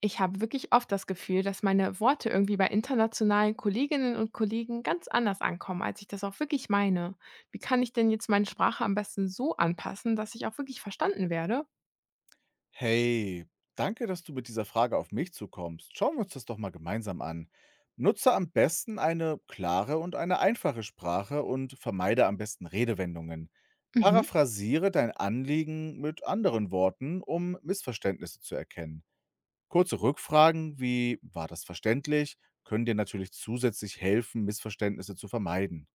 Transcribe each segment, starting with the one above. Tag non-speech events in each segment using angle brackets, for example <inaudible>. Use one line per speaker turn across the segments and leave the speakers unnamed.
Ich habe wirklich oft das Gefühl, dass meine Worte irgendwie bei internationalen Kolleginnen und Kollegen ganz anders ankommen, als ich das auch wirklich meine. Wie kann ich denn jetzt meine Sprache am besten so anpassen, dass ich auch wirklich verstanden werde?
Hey, danke, dass du mit dieser Frage auf mich zukommst. Schauen wir uns das doch mal gemeinsam an. Nutze am besten eine klare und eine einfache Sprache und vermeide am besten Redewendungen.
Mhm.
Paraphrasiere dein Anliegen mit anderen Worten, um Missverständnisse zu erkennen. Kurze Rückfragen wie war das verständlich, können dir natürlich zusätzlich helfen, Missverständnisse zu vermeiden.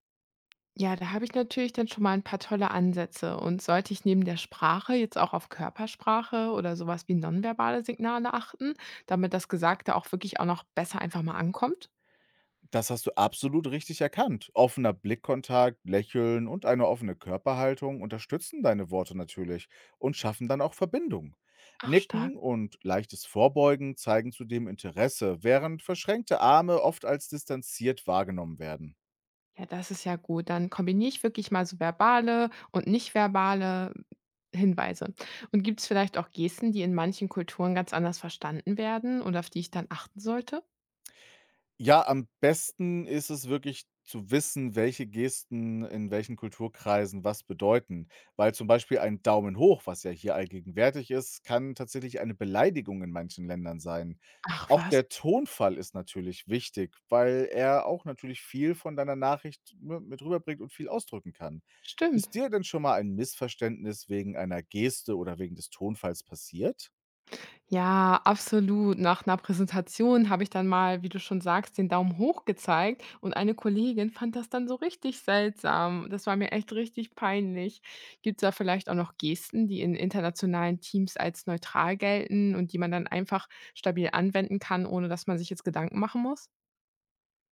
Ja, da habe ich natürlich dann schon mal ein paar tolle Ansätze. Und sollte ich neben der Sprache jetzt auch auf Körpersprache oder sowas wie nonverbale Signale achten, damit das Gesagte auch wirklich auch noch besser einfach mal ankommt?
Das hast du absolut richtig erkannt. Offener Blickkontakt, Lächeln und eine offene Körperhaltung unterstützen deine Worte natürlich und schaffen dann auch Verbindung.
Ach, stark.
Nicken und leichtes Vorbeugen zeigen zudem Interesse, während verschränkte Arme oft als distanziert wahrgenommen werden.
Ja, das ist ja gut. Dann kombiniere ich wirklich mal so verbale und nicht verbale Hinweise. Und gibt es vielleicht auch Gesten, die in manchen Kulturen ganz anders verstanden werden und auf die ich dann achten sollte?
Ja, am besten ist es wirklich zu wissen, welche Gesten in welchen Kulturkreisen was bedeuten. Weil zum Beispiel ein Daumen hoch, was ja hier allgegenwärtig ist, kann tatsächlich eine Beleidigung in manchen Ländern sein.
Ach
Auch
was,
der Tonfall ist natürlich wichtig, weil er auch natürlich viel von deiner Nachricht ne, mit rüberbringt und viel ausdrücken kann.
stimmt.
Ist dir denn schon mal ein Missverständnis wegen einer Geste oder wegen des Tonfalls passiert?
Ja, absolut. Nach einer Präsentation habe ich dann mal, wie du schon sagst, den Daumen hoch gezeigt und eine Kollegin fand das dann so richtig seltsam. Das war mir echt richtig peinlich. Gibt es da vielleicht auch noch Gesten, die in internationalen Teams als neutral gelten und die man dann einfach stabil anwenden kann, ohne dass man sich jetzt Gedanken machen muss?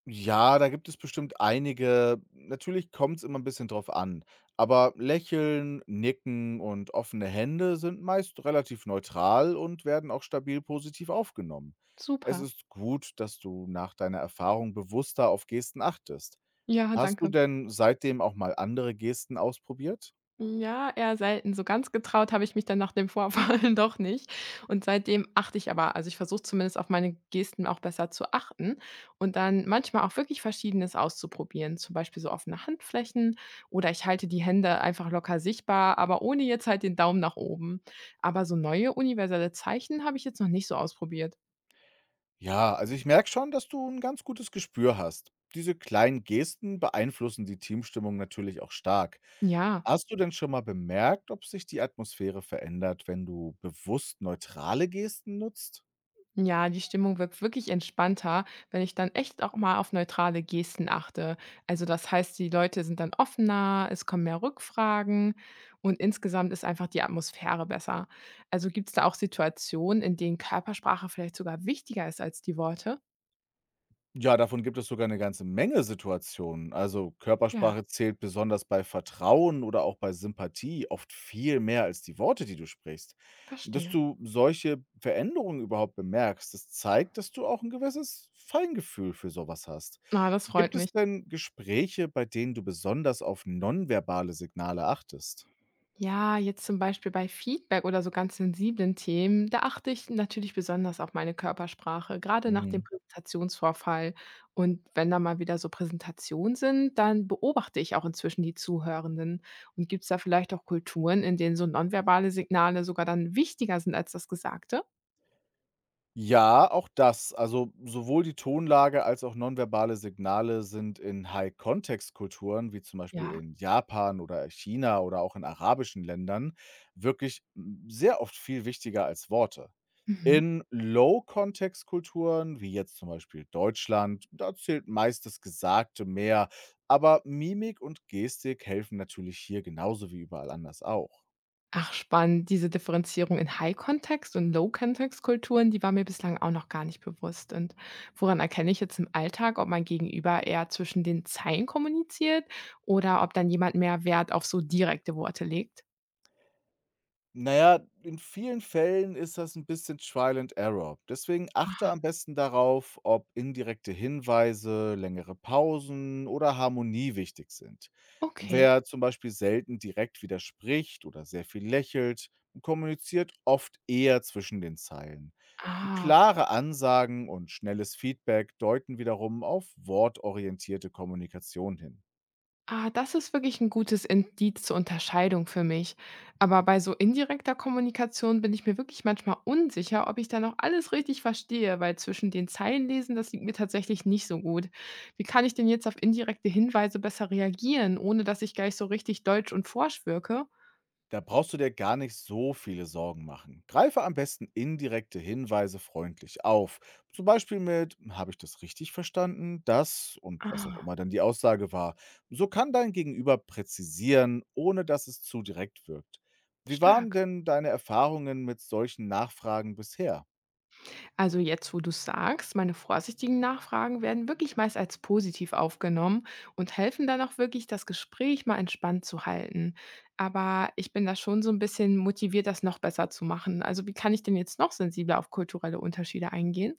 Ja, da gibt es bestimmt einige. Natürlich kommt es immer ein bisschen drauf an, aber Lächeln, Nicken und offene Hände sind meist relativ neutral und werden auch stabil positiv aufgenommen. Es
Super.
ist gut, dass du nach deiner Erfahrung bewusster auf Gesten achtest.
Ja,
Hast du
danke.
denn seitdem auch mal andere Gesten ausprobiert?
Ja, eher selten. So ganz getraut habe ich mich dann nach dem Vorfall <laughs> doch nicht. Und seitdem achte ich aber ich versuche zumindest auf meine Gesten auch besser zu achten und dann manchmal auch wirklich Verschiedenes auszuprobieren, zum Beispiel so offene Handflächen oder ich halte die Hände einfach locker sichtbar, aber ohne jetzt halt den Daumen nach oben. Aber so neue universelle Zeichen habe ich jetzt noch nicht so ausprobiert.
Ja, also ich merke schon, dass du ein ganz gutes Gespür hast. Diese kleinen Gesten beeinflussen die Teamstimmung natürlich auch stark.
Ja.
Hast du denn schon mal bemerkt, ob sich die Atmosphäre verändert, wenn du bewusst neutrale Gesten nutzt?
Ja, die Stimmung wirkt wirklich entspannter, wenn ich dann echt auch mal auf neutrale Gesten achte. Also das heißt, die Leute sind dann offener, es kommen mehr Rückfragen und insgesamt ist einfach die Atmosphäre besser. Also gibt es da auch Situationen, in denen Körpersprache vielleicht sogar wichtiger ist als die Worte?
Ja, davon gibt es sogar eine ganze Menge Situationen. Also,
Ja,
Körpersprache zählt besonders bei Vertrauen oder auch bei Sympathie oft viel mehr als die Worte, die du sprichst. Dass
verstehe.
du solche Veränderungen überhaupt bemerkst, das zeigt, dass du auch ein gewisses Feingefühl für so was hast.
Na, das
Gibt
freut mich.
es denn Gespräche, bei denen du besonders auf nonverbale Signale achtest?
Ja, jetzt zum Beispiel bei Feedback oder so ganz sensiblen Themen, da achte ich natürlich besonders auf meine Körpersprache, gerade nach dem
Mhm.
Präsentationsvorfall. Und wenn da mal wieder so Präsentationen sind, dann beobachte ich auch inzwischen die Zuhörenden. Und gibt es da vielleicht auch Kulturen, in denen so nonverbale Signale sogar dann wichtiger sind als das Gesagte?
Ja, auch das. Also sowohl die Tonlage als auch nonverbale Signale sind in High-Context-Kulturen, wie zum Beispiel
Ja.
in Japan oder China oder auch in arabischen Ländern, wirklich sehr oft viel wichtiger als Worte.
Mhm.
In Low-Context-Kulturen, wie jetzt zum Beispiel Deutschland, da zählt meist das Gesagte mehr, aber Mimik und Gestik helfen natürlich hier genauso wie überall anders auch.
Ach spannend, diese Differenzierung in High-Context und Low-Context-Kulturen, die war mir bislang auch noch gar nicht bewusst. Und woran erkenne ich jetzt im Alltag, ob mein Gegenüber eher zwischen den Zeilen kommuniziert oder ob dann jemand mehr Wert auf so direkte Worte legt?
Naja, in vielen Fällen ist das ein bisschen Trial and Error. Deswegen achte
Ah,
am besten darauf, ob indirekte Hinweise, längere Pausen oder Harmonie wichtig sind.
okay.
Wer zum Beispiel selten direkt widerspricht oder sehr viel lächelt, kommuniziert oft eher zwischen den Zeilen.
Ah.
Klare Ansagen und schnelles Feedback deuten wiederum auf wortorientierte Kommunikation hin.
Ah, das ist wirklich ein gutes Indiz zur Unterscheidung für mich. Aber bei so indirekter Kommunikation bin ich mir wirklich manchmal unsicher, ob ich da noch alles richtig verstehe, weil zwischen den Zeilen lesen, das liegt mir tatsächlich nicht so gut. Wie kann ich denn jetzt auf indirekte Hinweise besser reagieren, ohne dass ich gleich so richtig deutsch und forsch wirke?
Da brauchst du dir gar nicht so viele Sorgen machen. Greife am besten indirekte Hinweise freundlich auf. Zum Beispiel mit, habe ich das richtig verstanden? Das und was auch
Ah,
immer dann die Aussage war. So kann dein Gegenüber präzisieren, ohne dass es zu direkt wirkt. Wie waren
stark.
denn deine Erfahrungen mit solchen Nachfragen bisher?
Also jetzt, wo du sagst, meine vorsichtigen Nachfragen werden wirklich meist als positiv aufgenommen und helfen dann auch wirklich, das Gespräch mal entspannt zu halten. Aber ich bin da schon so ein bisschen motiviert, das noch besser zu machen. Also wie kann ich denn jetzt noch sensibler auf kulturelle Unterschiede eingehen?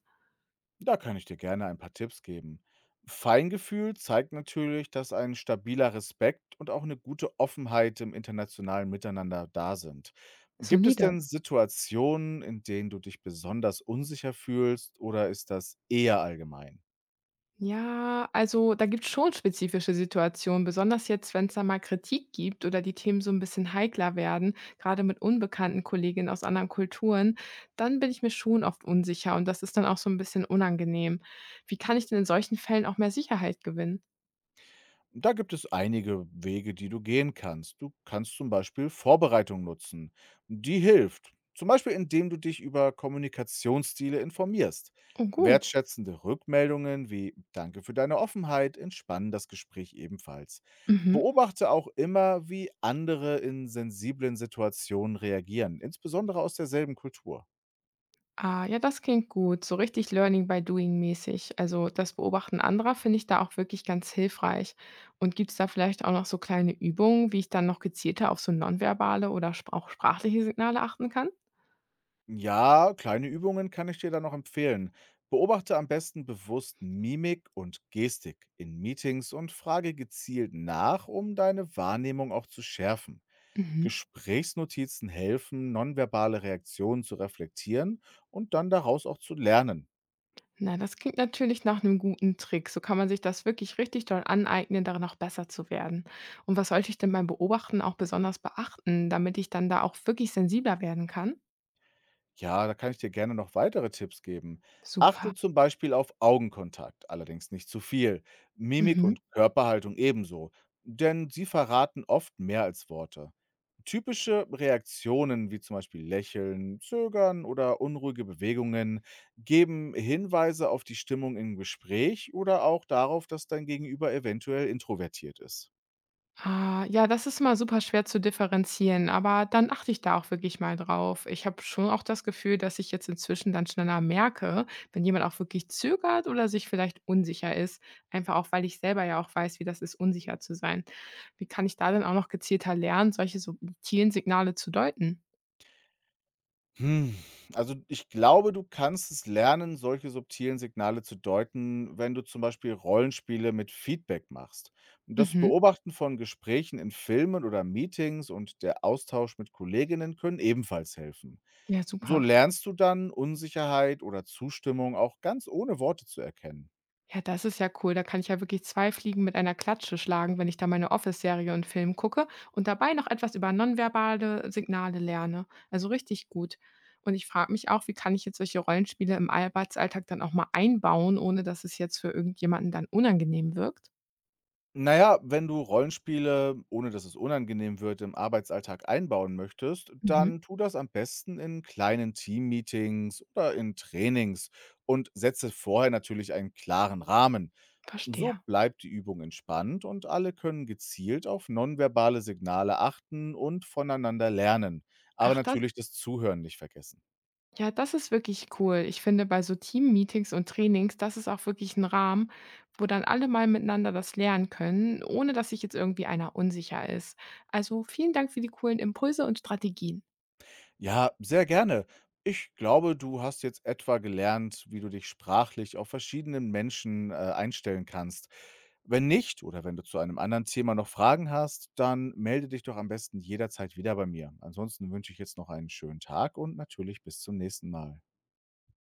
Da kann ich dir gerne ein paar Tipps geben. Feingefühl zeigt natürlich, dass ein stabiler Respekt und auch eine gute Offenheit im internationalen Miteinander da sind. Gibt es
Solide.
denn Situationen, in denen du dich besonders unsicher fühlst oder ist das eher allgemein?
Ja, also da gibt es schon spezifische Situationen, besonders jetzt, wenn es da mal Kritik gibt oder die Themen so ein bisschen heikler werden, gerade mit unbekannten Kolleginnen aus anderen Kulturen, dann bin ich mir schon oft unsicher und das ist dann auch so ein bisschen unangenehm. Wie kann ich denn in solchen Fällen auch mehr Sicherheit gewinnen?
Da gibt es einige Wege, die du gehen kannst. Du kannst zum Beispiel Vorbereitung nutzen. Die hilft. Zum Beispiel, indem du dich über Kommunikationsstile informierst.
Oh gut.
Wertschätzende Rückmeldungen wie Danke für deine Offenheit entspannen das Gespräch ebenfalls.
Mhm.
Beobachte auch immer, wie andere in sensiblen Situationen reagieren, insbesondere aus derselben Kultur.
Ah, ja, das klingt gut. So richtig Learning by Doing mäßig. Also das Beobachten anderer finde ich da auch wirklich ganz hilfreich. Und gibt es da vielleicht auch noch so kleine Übungen, wie ich dann noch gezielter auf so nonverbale oder sp auch sprachliche Signale achten kann?
Ja, kleine Übungen kann ich dir da noch empfehlen. Beobachte am besten bewusst Mimik und Gestik in Meetings und frage gezielt nach, um deine Wahrnehmung auch zu schärfen.
Mhm.
Gesprächsnotizen helfen, nonverbale Reaktionen zu reflektieren und dann daraus auch zu lernen.
Na, das klingt natürlich nach einem guten Trick. So kann man sich das wirklich richtig doll aneignen, darin auch besser zu werden. Und was sollte ich denn beim Beobachten auch besonders beachten, damit ich dann da auch wirklich sensibler werden kann?
Ja, da kann ich dir gerne noch weitere Tipps geben.
Super.
Achte zum Beispiel auf Augenkontakt, allerdings nicht zu viel. Mimik
Mhm.
und Körperhaltung ebenso, denn sie verraten oft mehr als Worte. Typische Reaktionen wie zum Beispiel Lächeln, Zögern oder unruhige Bewegungen geben Hinweise auf die Stimmung im Gespräch oder auch darauf, dass dein Gegenüber eventuell introvertiert ist.
Ah, ja, das ist immer super schwer zu differenzieren, aber dann achte ich da auch wirklich mal drauf. Ich habe schon auch das Gefühl, dass ich jetzt inzwischen dann schneller merke, wenn jemand auch wirklich zögert oder sich vielleicht unsicher ist. Einfach auch, weil ich selber ja auch weiß, wie das ist, unsicher zu sein. Wie kann ich da denn auch noch gezielter lernen, solche subtilen Signale zu deuten?
Hm, also ich glaube, du kannst es lernen, solche subtilen Signale zu deuten, wenn du zum Beispiel Rollenspiele mit Feedback machst. Und das
Mhm.
Beobachten von Gesprächen in Filmen oder Meetings und der Austausch mit Kolleginnen können ebenfalls helfen.
Ja,
So
super.
lernst du dann, Unsicherheit oder Zustimmung auch ganz ohne Worte zu erkennen.
Ja, das ist ja cool. Da kann ich ja wirklich 2 Fliegen mit einer Klatsche schlagen, wenn ich da meine Office-Serie und Film gucke und dabei noch etwas über nonverbale Signale lerne. Also richtig gut. Und ich frage mich auch, wie kann ich jetzt solche Rollenspiele im Arbeitsalltag dann auch mal einbauen, ohne dass es jetzt für irgendjemanden dann unangenehm wirkt?
Na ja, wenn du Rollenspiele, ohne dass es unangenehm wird, im Arbeitsalltag einbauen möchtest,
Mhm,
dann tu das am besten in kleinen Teammeetings oder in Trainings und setze vorher natürlich einen klaren Rahmen. So
verstehe.
bleibt die Übung entspannt und alle können gezielt auf nonverbale Signale achten und voneinander lernen, aber
Ach, das.
natürlich das Zuhören nicht vergessen.
Ja, das ist wirklich cool. Ich finde, bei so Team-Meetings und Trainings, das ist auch wirklich ein Rahmen, wo dann alle mal miteinander das lernen können, ohne dass sich jetzt irgendwie einer unsicher ist. Also, vielen Dank für die coolen Impulse und Strategien.
Ja, sehr gerne. Ich glaube, du hast jetzt etwa gelernt, wie du dich sprachlich auf verschiedenen Menschen, einstellen kannst. Wenn nicht oder wenn du zu einem anderen Thema noch Fragen hast, dann melde dich doch am besten jederzeit wieder bei mir. Ansonsten wünsche ich jetzt noch einen schönen Tag und natürlich bis zum nächsten Mal.